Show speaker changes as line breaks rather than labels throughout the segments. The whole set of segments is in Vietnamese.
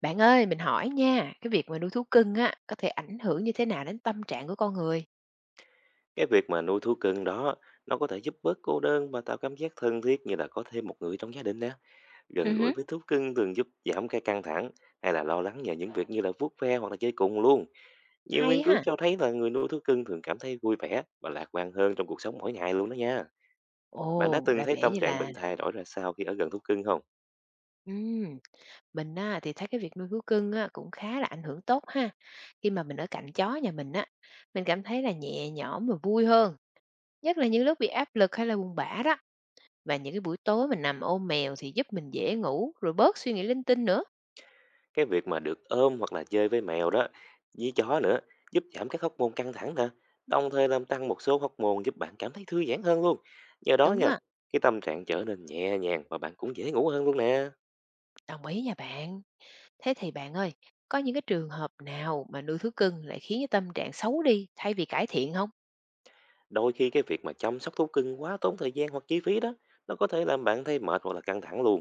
Bạn ơi, mình hỏi nha, cái việc mà nuôi thú cưng á, có thể ảnh hưởng như thế nào đến tâm trạng của con người?
Cái việc mà nuôi thú cưng đó nó có thể giúp bớt cô đơn và tạo cảm giác thân thiết như là có thêm một người trong gia đình nè. Gần
Ừ
gũi
hứ.
với thú cưng thường giúp giảm cái căng thẳng hay là lo lắng nhờ những việc như là vuốt ve hoặc là chơi cùng luôn. Nhiều nghiên
Hay
cứu
ha.
cho thấy là người nuôi thú cưng thường cảm thấy vui vẻ và lạc quan hơn trong cuộc sống mỗi ngày luôn đó nha. Bạn đã
Ồ,
từng
ra
thấy
vẻ
tâm
như
trạng
là
mình thay đổi ra sao khi ở gần thú cưng không?
ừm, mình á, thì thấy cái việc nuôi thú cưng á, cũng khá là ảnh hưởng tốt ha. Khi mà mình ở cạnh chó nhà mình á, mình cảm thấy là nhẹ nhõm và vui hơn. Nhất là những lúc bị áp lực hay là buồn bã đó. Và những cái buổi tối mình nằm ôm mèo thì giúp mình dễ ngủ rồi bớt suy nghĩ linh tinh nữa.
Cái việc mà được ôm hoặc là chơi với mèo đó với chó nữa giúp giảm các hóc môn căng thẳng nè, đồng thời làm tăng một số hóc môn giúp bạn cảm thấy thư giãn hơn luôn. Nhờ đó
Đúng
nha,
á,
cái tâm trạng trở nên nhẹ nhàng và bạn cũng dễ ngủ hơn luôn nè.
đồng ý nha bạn. Thế thì bạn ơi, có những cái trường hợp nào mà nuôi thú cưng lại khiến cái tâm trạng xấu đi thay vì cải thiện không?
Đôi khi cái việc mà chăm sóc thú cưng quá tốn thời gian hoặc chi phí đó, nó có thể làm bạn thấy mệt hoặc là căng thẳng luôn.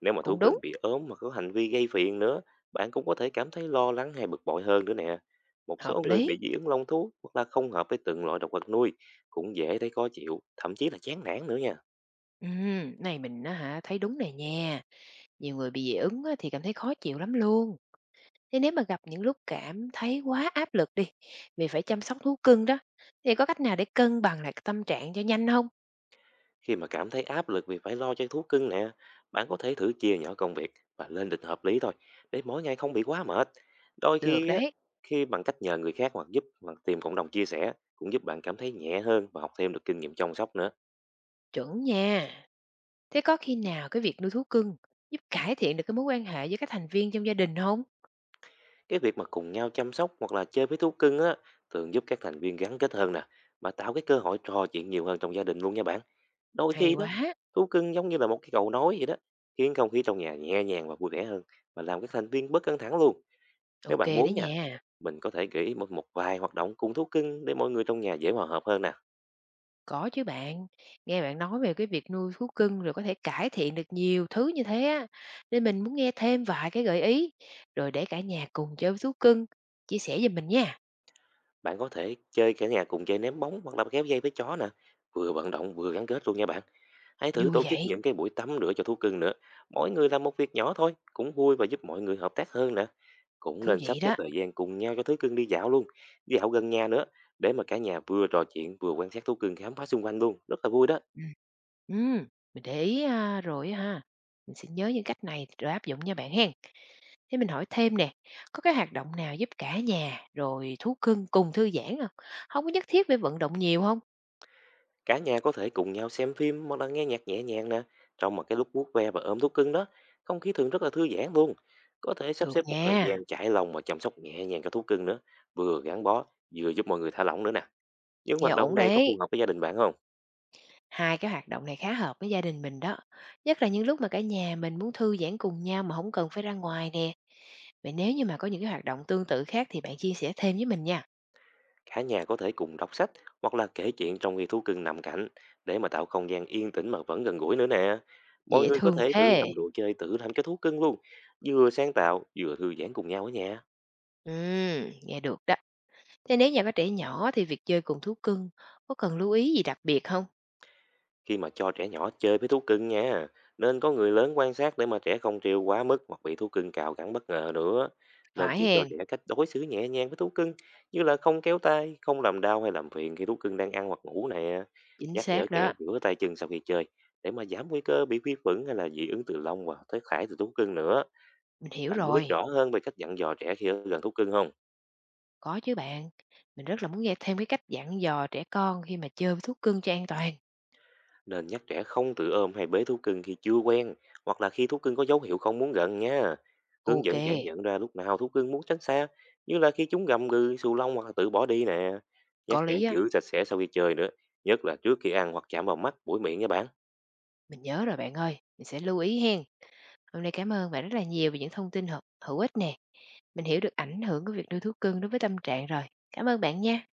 Nếu mà thú
Cũng đúng,
cưng bị ốm mà có hành vi gây phiền nữa, bạn cũng có thể cảm thấy lo lắng hay bực bội hơn nữa nè. Một
hợp
số người
lý.
bị dị ứng lông thú hoặc là không hợp với từng loại động vật nuôi cũng dễ thấy khó chịu, thậm chí là chán nản nữa nha.
Này mình á hả, thấy đúng này nha. Nhiều người bị dị ứng á thì cảm thấy khó chịu lắm luôn. Thế nếu mà gặp những lúc cảm thấy quá áp lực đi, vì phải chăm sóc thú cưng đó, thì có cách nào để cân bằng lại cái tâm trạng cho nhanh không?
Khi mà cảm thấy áp lực vì phải lo cho thú cưng nè, bạn có thể thử chia nhỏ công việc và lên lịch hợp lý thôi, để mỗi ngày không bị quá mệt. Đôi
Được
khi á,
đấy,
khi bằng cách nhờ người khác hoặc giúp hoặc tìm cộng đồng chia sẻ cũng giúp bạn cảm thấy nhẹ hơn và học thêm được kinh nghiệm chăm sóc nữa.
chuẩn nha. Thế có khi nào cái việc nuôi thú cưng giúp cải thiện được cái mối quan hệ với các thành viên trong gia đình không?
Cái việc mà cùng nhau chăm sóc hoặc là chơi với thú cưng á thường giúp các thành viên gắn kết hơn nè, và tạo cái cơ hội trò chuyện nhiều hơn trong gia đình luôn nha bạn. Đôi
Hay
khi đó,
quá,
thú cưng giống như là một cái cầu nối vậy đó, khiến không khí trong nhà nhẹ nhàng và vui vẻ hơn và làm các thành viên bớt căng thẳng luôn. Nếu
OK
bạn
đấy
muốn nha,
nha.
mình có thể gợi ý một một vài hoạt động cùng thú cưng để mọi người trong nhà dễ hòa hợp hơn nè.
Có chứ bạn, nghe bạn nói về cái việc nuôi thú cưng rồi có thể cải thiện được nhiều thứ như thế á, nên mình muốn nghe thêm vài cái gợi ý, rồi để cả nhà cùng chơi với thú cưng, chia sẻ giùm mình nha.
Bạn có thể chơi cả nhà cùng chơi ném bóng hoặc là kéo dây với chó nè. Vừa vận động vừa gắn kết luôn nha bạn. Hãy thử
Vui
tổ chức
vậy,
những cái buổi tắm rửa cho thú cưng nữa. Mỗi người làm một việc nhỏ thôi, cũng vui và giúp mọi người hợp tác hơn nè. Cũng
thú
nên sắp
vị
xếp
đó.
thời gian cùng nhau cho thú cưng đi dạo luôn. Dạo gần nhà nữa, để mà cả nhà vừa trò chuyện vừa quan sát thú cưng khám phá xung quanh luôn. Rất là vui đó.
Ừ, ừ, mình để ý à, rồi á ha, mình sẽ nhớ những cách này rồi áp dụng nha bạn hen. Thế mình hỏi thêm nè, có cái hoạt động nào giúp cả nhà rồi thú cưng cùng thư giãn không? Không có nhất thiết phải vận động nhiều không?
Cả nhà có thể cùng nhau xem phim hoặc là nghe nhạc nhẹ nhàng nè, trong một cái lúc vuốt ve và ôm thú cưng đó không khí thường rất là thư giãn luôn. Có thể sắp
Được
xếp một thời
nha,
gian trải lòng và chăm sóc nhẹ nhàng cho thú cưng nữa, vừa gắn bó vừa giúp mọi người thả lỏng nữa nè. Những
nghe
hoạt
ổn
động này có
đấy.
phù hợp với gia đình bạn không?
Hai cái hoạt động này khá hợp với gia đình mình đó, nhất là những lúc mà cả nhà mình muốn thư giãn cùng nhau mà không cần phải ra ngoài nè. Vậy nếu như mà có những cái hoạt động tương tự khác thì bạn chia sẻ thêm với mình nha.
Cả nhà có thể cùng đọc sách hoặc là kể chuyện trong khi thú cưng nằm cạnh, để mà tạo không gian yên tĩnh mà vẫn gần gũi nữa nè. Mọi
Dễ
người có
thương
thể thử
thế!
làm đồ chơi tự làm cho thú cưng luôn, vừa sáng tạo vừa thư giãn cùng nhau ở nhà.
Nghe được đó. Thế nếu nhà có trẻ nhỏ thì việc chơi cùng thú cưng có cần lưu ý gì đặc biệt không?
Khi mà cho trẻ nhỏ chơi với thú cưng nha, nên có người lớn quan sát để mà trẻ không trêu quá mức hoặc bị thú cưng cào cắn bất ngờ nữa. Nên
Phải
chỉ cho
hén,
trẻ cách đối xử nhẹ nhàng với thú cưng, như là không kéo tay, không làm đau hay làm phiền khi thú cưng đang ăn hoặc ngủ nè.
chính
Nhắc nhở
xác
trẻ
đó,
rửa tay chân sau khi chơi, để mà giảm nguy cơ bị vi khuẩn hay là dị ứng từ lông và tới thải từ thú cưng nữa.
mình hiểu
Bạn muốn biết
rồi.
rõ hơn về cách dặn dò trẻ khi ở gần thú cưng không?
Có chứ bạn, mình rất là muốn nghe thêm cái cách dặn dò trẻ con khi mà chơi với thú cưng cho an toàn.
Nên nhắc trẻ không tự ôm hay bế thú cưng khi chưa quen, hoặc là khi thú cưng có dấu hiệu không muốn gần nha. Hướng
Ok,
dẫn trẻ nhận ra lúc nào thú cưng muốn tránh xa, như là khi chúng gầm gừ, xù lông hoặc là tự bỏ đi nè. Nhắc
có
trẻ
lý á,
giữ sạch sẽ sau khi chơi nữa, nhất là trước khi ăn hoặc chạm vào mắt, mũi miệng nha bạn.
mình nhớ rồi bạn ơi, mình sẽ lưu ý hén. Hôm nay cảm ơn bạn rất là nhiều về những thông tin hữu hữu ích nè. Mình hiểu được ảnh hưởng của việc nuôi thú cưng đối với tâm trạng rồi. Cảm ơn bạn nha.